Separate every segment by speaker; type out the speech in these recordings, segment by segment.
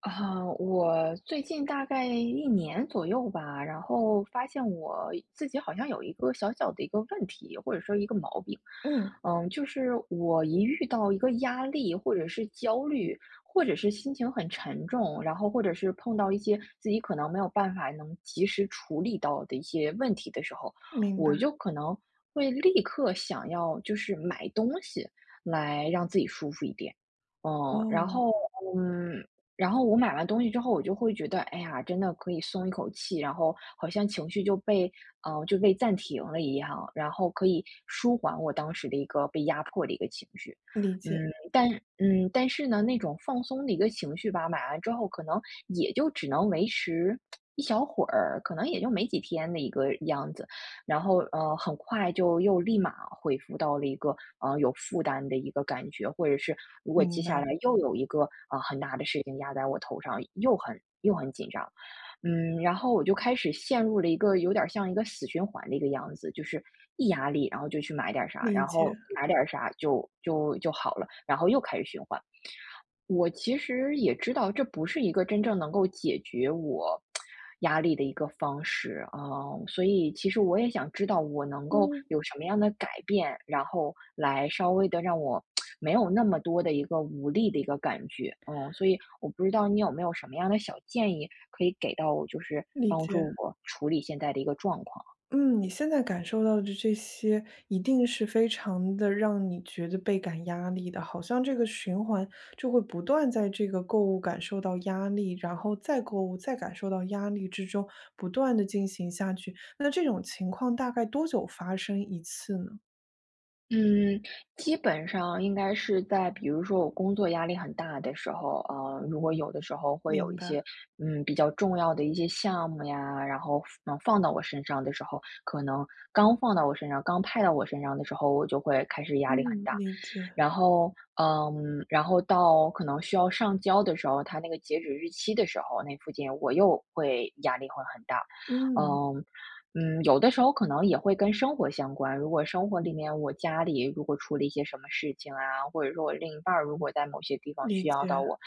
Speaker 1: 啊，我最近大概一年左右吧，然后发现我自己好像有一个小小的一个问题，或者说一个毛病。
Speaker 2: 嗯，
Speaker 1: 就是我一遇到一个压力或者是焦虑，或者是心情很沉重，然后或者是碰到一些自己可能没有办法能及时处理到的一些问题的时候，
Speaker 2: 明白，
Speaker 1: 我就可能会立刻想要就是买东西来让自己舒服一点。嗯，然
Speaker 2: 哦，
Speaker 1: 后，嗯，然后我买完东西之后，我就会觉得，哎呀，真的可以松一口气，然后好像情绪就被暂停了一样，然后可以舒缓我当时的一个被压迫的一个情绪。
Speaker 2: 理解，
Speaker 1: 嗯，但但是呢，那种放松的一个情绪吧，买完之后可能也就只能维持一小会儿，可能也就没几天的一个样子。然后很快就又立马恢复到了一个有负担的一个感觉，或者是如果接
Speaker 2: 明白，
Speaker 1: 下来又有一个很大的事情压在我头上，又很紧张。然后我就开始陷入了一个有点儿像一个死循环的一个样子，就是一压力，然后就去买点儿啥，
Speaker 2: 理
Speaker 1: 然后
Speaker 2: 解，
Speaker 1: 买点儿啥就好了，然后又开始循环。我其实也知道，这不是一个真正能够解决我压力的一个方式啊，所以其实我也想知道我能够
Speaker 2: 嗯，
Speaker 1: 有什么样的改变，然后来稍微的让我没有那么多的一个无力的一个感觉，所以我不知道你有没有什么样的小建议可以给到我，就是
Speaker 2: 理
Speaker 1: 帮
Speaker 2: 解。
Speaker 1: 助我处理现在的一个状况。
Speaker 2: 嗯，你现在感受到的这些，一定是非常的让你觉得倍感压力的，好像这个循环就会不断在这个购物感受到压力，然后再购物，再感受到压力之中，不断的进行下去。那这种情况大概多久发生一次呢？
Speaker 1: 嗯，基本上应该是在比如说我工作压力很大的时候，如果有的时候会有
Speaker 2: 明
Speaker 1: 一
Speaker 2: 白，
Speaker 1: 些，比较重要的一些项目呀，然后放到我身上的时候，可能刚派到我身上的时候，我就会开始压力很
Speaker 2: 嗯，
Speaker 1: 大。
Speaker 2: 理解，
Speaker 1: 然后到可能需要上交的时候，它那个截止日期的时候，那附近我又会压力会很大。
Speaker 2: 嗯，
Speaker 1: 嗯有的时候可能也会跟生活相关。如果生活里面我家里如果出了一些什么事情啊，或者说我另一半儿如果在某些地方
Speaker 2: 理
Speaker 1: 需要
Speaker 2: 解。
Speaker 1: 到我，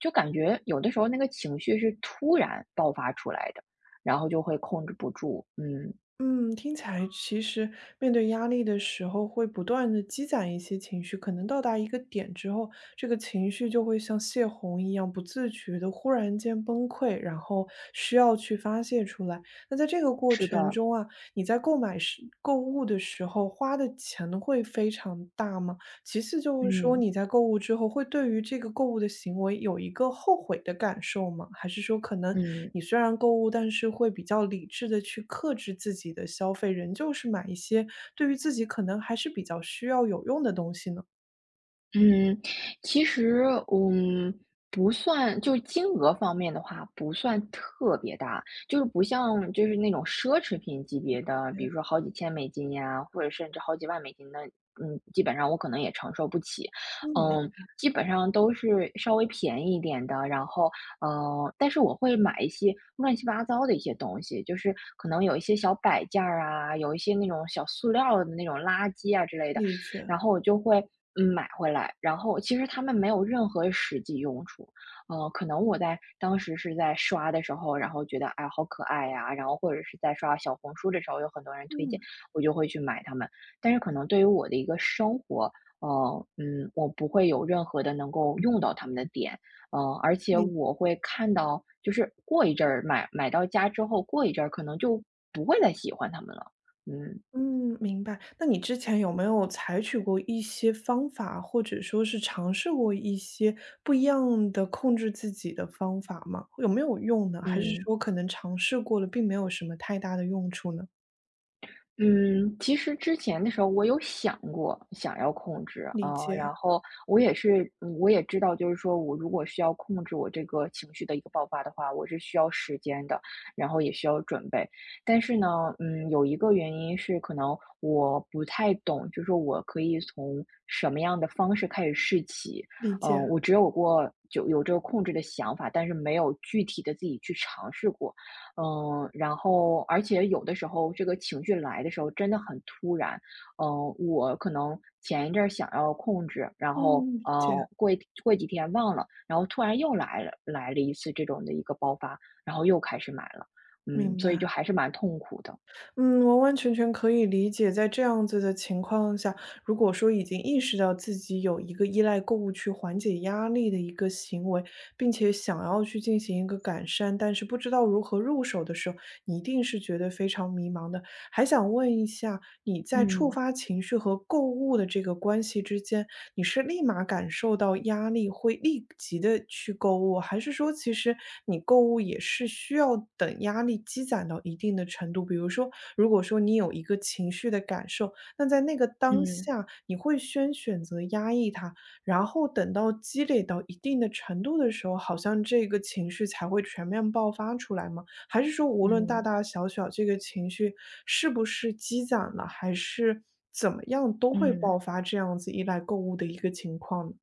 Speaker 1: 就感觉有的时候那个情绪是突然爆发出来的，然后就会控制不住。嗯，
Speaker 2: 嗯，听起来其实面对压力的时候，会不断的积攒一些情绪，可能到达一个点之后，这个情绪就会像泄洪一样，不自觉的忽然间崩溃，然后需要去发泄出来。那在这个过
Speaker 1: 是
Speaker 2: 程
Speaker 1: 的，
Speaker 2: 中啊，你在购买时购物的时候花的钱会非常大吗？其次就是说，
Speaker 1: 嗯
Speaker 2: 你在购物之后，会对于这个购物的行为有一个后悔的感受吗？还是说，可能
Speaker 1: 嗯。
Speaker 2: 你虽然购物，但是会比较理智的去克制自己的消费，仍旧是买一些对于自己可能还是比较需要有用的东西呢？
Speaker 1: 嗯，其实，嗯，不算就金额方面的话，不算特别大，就是不像就是那种奢侈品级别的，比如说好几千美金呀，或者甚至好几万美金的，基本上我可能也承受不起。
Speaker 2: 嗯，理
Speaker 1: 嗯，基本上都是稍微便宜一点的，然后，但是我会买一些乱七八糟的一些东西，就是可能有一些小摆件儿啊，有一些那种小塑料的那种垃圾啊之类的，
Speaker 2: 理解，
Speaker 1: 然后我就会买回来，然后其实它们没有任何实际用处。可能我在当时是在刷的时候，然后觉得，哎，好可爱呀，然后或者是在刷小红书的时候，有很多人推荐，
Speaker 2: 嗯，
Speaker 1: 我就会去买它们。但是可能对于我的一个生活，我不会有任何的能够用到它们的点。而且
Speaker 2: 理
Speaker 1: 我会看到，就是过一阵儿买到家之后，过一阵儿可能就不会再喜欢它们了。嗯，
Speaker 2: 嗯，明白。那你之前有没有采取过一些方法，或者说是尝试过一些不一样的控制自己的方法吗？有没有用呢？还是
Speaker 1: 嗯。
Speaker 2: 说可能尝试过了，并没有什么太大的用处呢？
Speaker 1: 嗯，其实之前的时候我有想过想要控制，
Speaker 2: 理
Speaker 1: 啊，
Speaker 2: 解，
Speaker 1: 然后我也知道，就是说我如果需要控制我这个情绪的一个爆发的话，我是需要时间的，然后也需要准备。但是呢，有一个原因是可能我不太懂，就是说我可以从什么样的方式开始试起。
Speaker 2: 理解，
Speaker 1: 我只有过就有这个控制的想法，但是没有具体的自己去尝试过。然后而且有的时候这个情绪来的时候真的很突然。我可能前一阵儿想要控制，然后
Speaker 2: 嗯，理解，
Speaker 1: 过几天忘了，然后突然又来了一次这种的一个爆发，然后又开始买了，
Speaker 2: 明
Speaker 1: 所以就
Speaker 2: 白。
Speaker 1: 还是蛮痛苦的，
Speaker 2: 嗯，完完全全可以理解，在这样子的情况下，如果说已经意识到自己有一个依赖购物去缓解压力的一个行为，并且想要去进行一个改善，但是不知道如何入手的时候，你一定是觉得非常迷茫的。还想问一下，你在触
Speaker 1: 嗯。
Speaker 2: 发情绪和购物的这个关系之间，你是立马感受到压力，会立即的去购物，还是说其实你购物也是需要等压力积攒到一定的程度？比如说，如果说你有一个情绪的感受，那在那个当
Speaker 1: 嗯
Speaker 2: 下，你会先选择压抑它，然后等到积累到一定的程度的时候，好像这个情绪才会全面爆发出来吗？还是说
Speaker 1: 嗯
Speaker 2: 无论大
Speaker 1: 嗯
Speaker 2: 大小小，这个情绪是不是积攒了，还是怎么样，都会
Speaker 1: 嗯。
Speaker 2: 爆发这样子依赖购物的一个情况呢？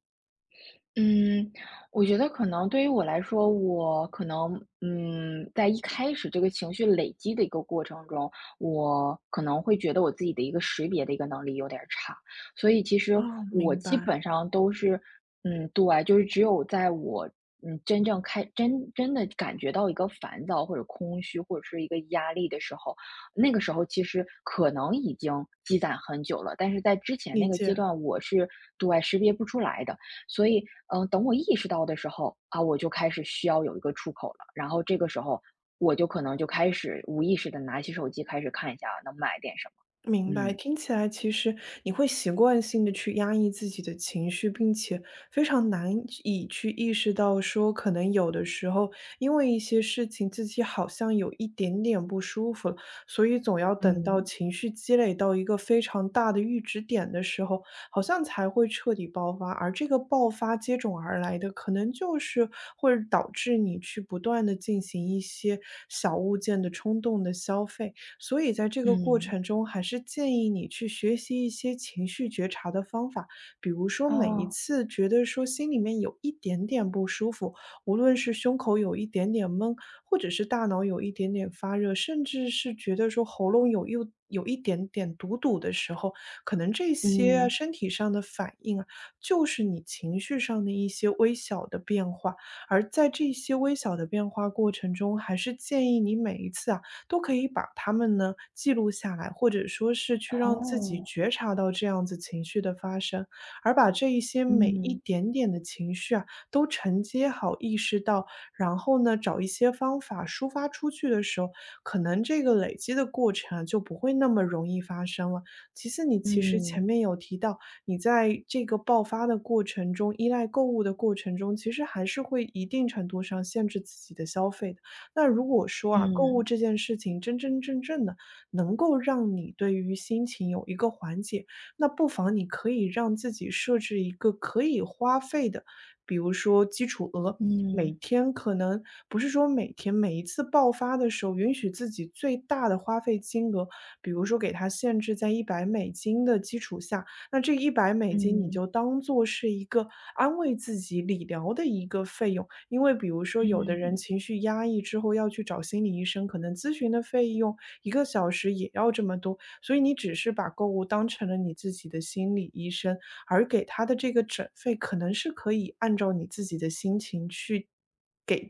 Speaker 1: 嗯，我觉得可能对于我来说，我可能，在一开始这个情绪累积的一个过程中，我可能会觉得我自己的一个识别的一个能力有点儿差，所以其实
Speaker 2: 啊，
Speaker 1: 我
Speaker 2: 明
Speaker 1: 基本
Speaker 2: 白，
Speaker 1: 上都是，对，就是只有在我，真正开，真真的感觉到一个烦躁或者空虚或者是一个压力的时候，那个时候其实可能已经积攒很久了，但是在之前
Speaker 2: 理
Speaker 1: 那个阶
Speaker 2: 解。
Speaker 1: 段，我是对识别不出来的。所以，等我意识到的时候，啊，我就开始需要有一个出口了。然后这个时候，我就可能就开始无意识的拿起手机开始看一下能买点什么。
Speaker 2: 明白，
Speaker 1: 嗯
Speaker 2: 听起来其实你会习惯性的去压抑自己的情绪，并且非常难以去意识到说，可能有的时候因为一些事情，自己好像有一点点不舒服了，所以总要等到
Speaker 1: 嗯
Speaker 2: 情绪积累到一个非常大的阈值点的时候，好像才会彻底爆发，而这个爆发接踵而来的，可能就是会导致你去不断的进行一些小物件的冲动的消费。所以在这个过
Speaker 1: 嗯。
Speaker 2: 程中，还是建议你去学习一些情绪觉察的方法，比如说每一
Speaker 1: 哦。
Speaker 2: 次觉得说心里面有一点点不舒服，无论是胸口有一点点闷，或者是大脑有一点点发热，甚至是觉得说喉咙有又有一点点堵堵的时候，可能这些啊
Speaker 1: 嗯。
Speaker 2: 身体上的反应啊，就是你情绪上的一些微小的变化。而在这些微小的变化过程中，还是建议你每一次啊都可以把它们呢记录下来，或者说是去让自己
Speaker 1: 哦。
Speaker 2: 觉察到这样子情绪的发生，而把这一些每一
Speaker 1: 嗯
Speaker 2: 点点的情绪啊都承接好、意识到，然后呢找一些方法抒发出去的时候，可能这个累积的过程啊就不会那么容易发生了。其次，你其实前
Speaker 1: 嗯
Speaker 2: 面有提到，你在这个爆发的过程中、依赖购物的过程中，其实还是会一定程度上限制自己的消费的。那如果说啊，购物
Speaker 1: 嗯
Speaker 2: 这件事情真真正正的能够让你对于心情有一个缓解，那不妨你可以让自己设置一个可以花费的，比如说基础额，每
Speaker 1: 嗯
Speaker 2: 天可能不是说每天每一次爆发的时候，允许自己最大的花费金额，比如说给它限制在一百美金的基础下，那这一百美金你
Speaker 1: 嗯
Speaker 2: 就当做是一个安慰自己、理疗的一个费用。因为比如说有的人
Speaker 1: 嗯
Speaker 2: 情绪压抑之后要去找心理医生，可能咨询的费用一个小时也要这么多，所以你只是把购物当成了你自己的心理医生，而给他的这个诊费可能是可以按照你自己的心情去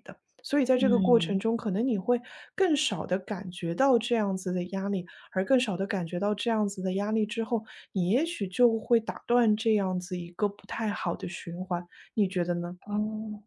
Speaker 2: 的，所以在这个过程
Speaker 1: 嗯。
Speaker 2: 中，可能你会更少的感觉到这样子的压力，而更少的感觉到这样子的压力之后，你也许就会打断这样子一个不太好的循环，你觉得呢？
Speaker 1: 哦。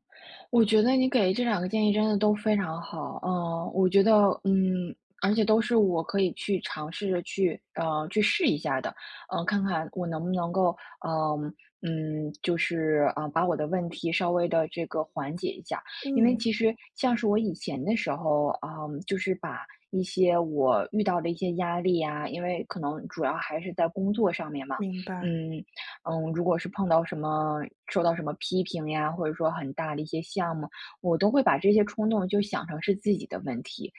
Speaker 1: 我觉得你给这两个建议真的都非常好，我觉得，嗯，而且都是我可以去尝试着去，去试一下的，看看我能不能够，嗯就是把我的问题稍微的这个缓解一下，因为
Speaker 2: 嗯，
Speaker 1: 其实像是我以前的时候，就是把一些我遇到的一些压力啊，因为可能主要还是在工作上面嘛，
Speaker 2: 明白，
Speaker 1: 嗯，如果是碰到什么受到什么批评呀，或者说很大的一些项目，我都会把这些冲动就想成是自己的问题。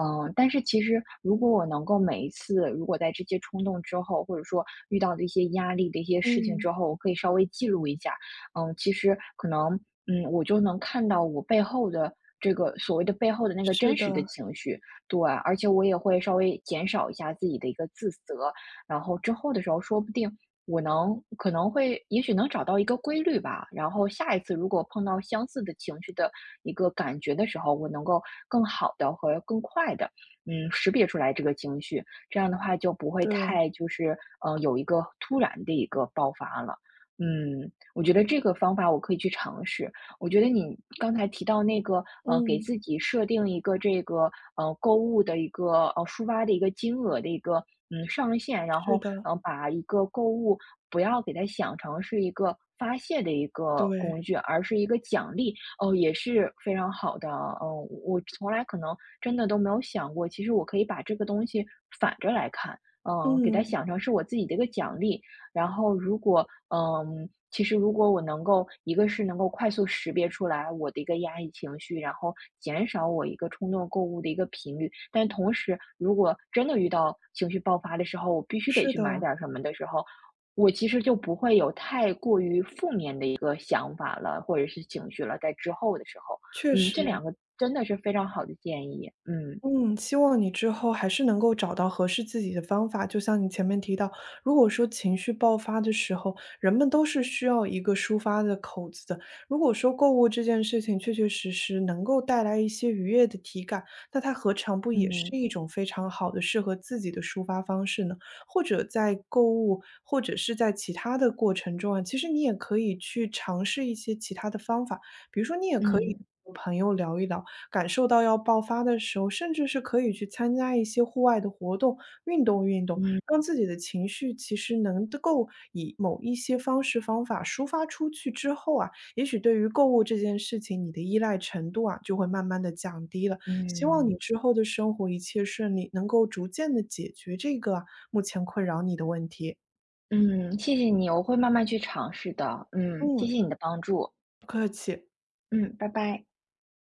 Speaker 1: 但是其实如果我能够每一次，如果在这些冲动之后，或者说遇到的一些压力的一些事情之
Speaker 2: 嗯，
Speaker 1: 后，我可以稍微记录一下，其实可能，我就能看到我背后的这个所谓的背后的那个
Speaker 2: 是
Speaker 1: 真
Speaker 2: 的，
Speaker 1: 实的情绪。对，而且我也会稍微减少一下自己的一个自责，然后之后的时候，说不定我能可能会也许能找到一个规律吧，然后下一次如果碰到相似的情绪的一个感觉的时候，我能够更好的和更快的识别出来这个情绪，这样的话就不会
Speaker 2: 对，
Speaker 1: 太就是，有一个突然的一个爆发了。我觉得这个方法我可以去尝试。我觉得你刚才提到那个，给
Speaker 2: 嗯，
Speaker 1: 自己设定一个这个，购物的一个，抒发的一个金额的一个，上限，然后
Speaker 2: 是的，
Speaker 1: 把一个购物不要给它想成是一个发泄的一个工
Speaker 2: 对，
Speaker 1: 具，而是一个奖励，哦，也是非常好的。嗯，我从来可能真的都没有想过，其实我可以把这个东西反着来看，给它
Speaker 2: 嗯，
Speaker 1: 想成是我自己的一个奖励，然后如果其实如果我能够一个是能够快速识别出来我的一个压抑情绪，然后减少我一个冲动购物的一个频率，但同时如果真的遇到情绪爆发的时候，我必须得
Speaker 2: 是
Speaker 1: 去买
Speaker 2: 的，
Speaker 1: 点儿什么的时候，我其实就不会有太过于负面的一个想法了，或者是情绪了，在之后的时候，
Speaker 2: 确
Speaker 1: 这
Speaker 2: 实。
Speaker 1: 两个真的是非常好的建议，嗯。
Speaker 2: 嗯，希望你之后还是能够找到合适自己的方法。就像你前面提到，如果说情绪爆发的时候，人们都是需要一个抒发的口子的。如果说购物这件事情确确实实能够带来一些愉悦的体感，那它何尝不也是
Speaker 1: 嗯
Speaker 2: 一种非常好的适合自己的抒发方式呢？或者在购物，或者是在其他的过程中啊，其实你也可以去尝试一些其他的方法，比如说你也可以
Speaker 1: 嗯
Speaker 2: 和朋友聊一聊。感受到要爆发的时候，甚至是可以去参加一些户外的活动，运动运动，
Speaker 1: 嗯
Speaker 2: 让自己的情绪其实能够以某一些方式方法抒发出去之后啊，也许对于购物这件事情，你的依赖程度啊就会慢慢的降低了。希望你
Speaker 1: 嗯。
Speaker 2: 之后的生活一切顺利，能够逐渐的解决这个啊目前困扰你的问题。
Speaker 1: 嗯，谢谢你，我会慢慢去尝试的。嗯，谢
Speaker 2: 嗯，
Speaker 1: 谢你的帮助。
Speaker 2: 不客气。
Speaker 1: 嗯，拜拜。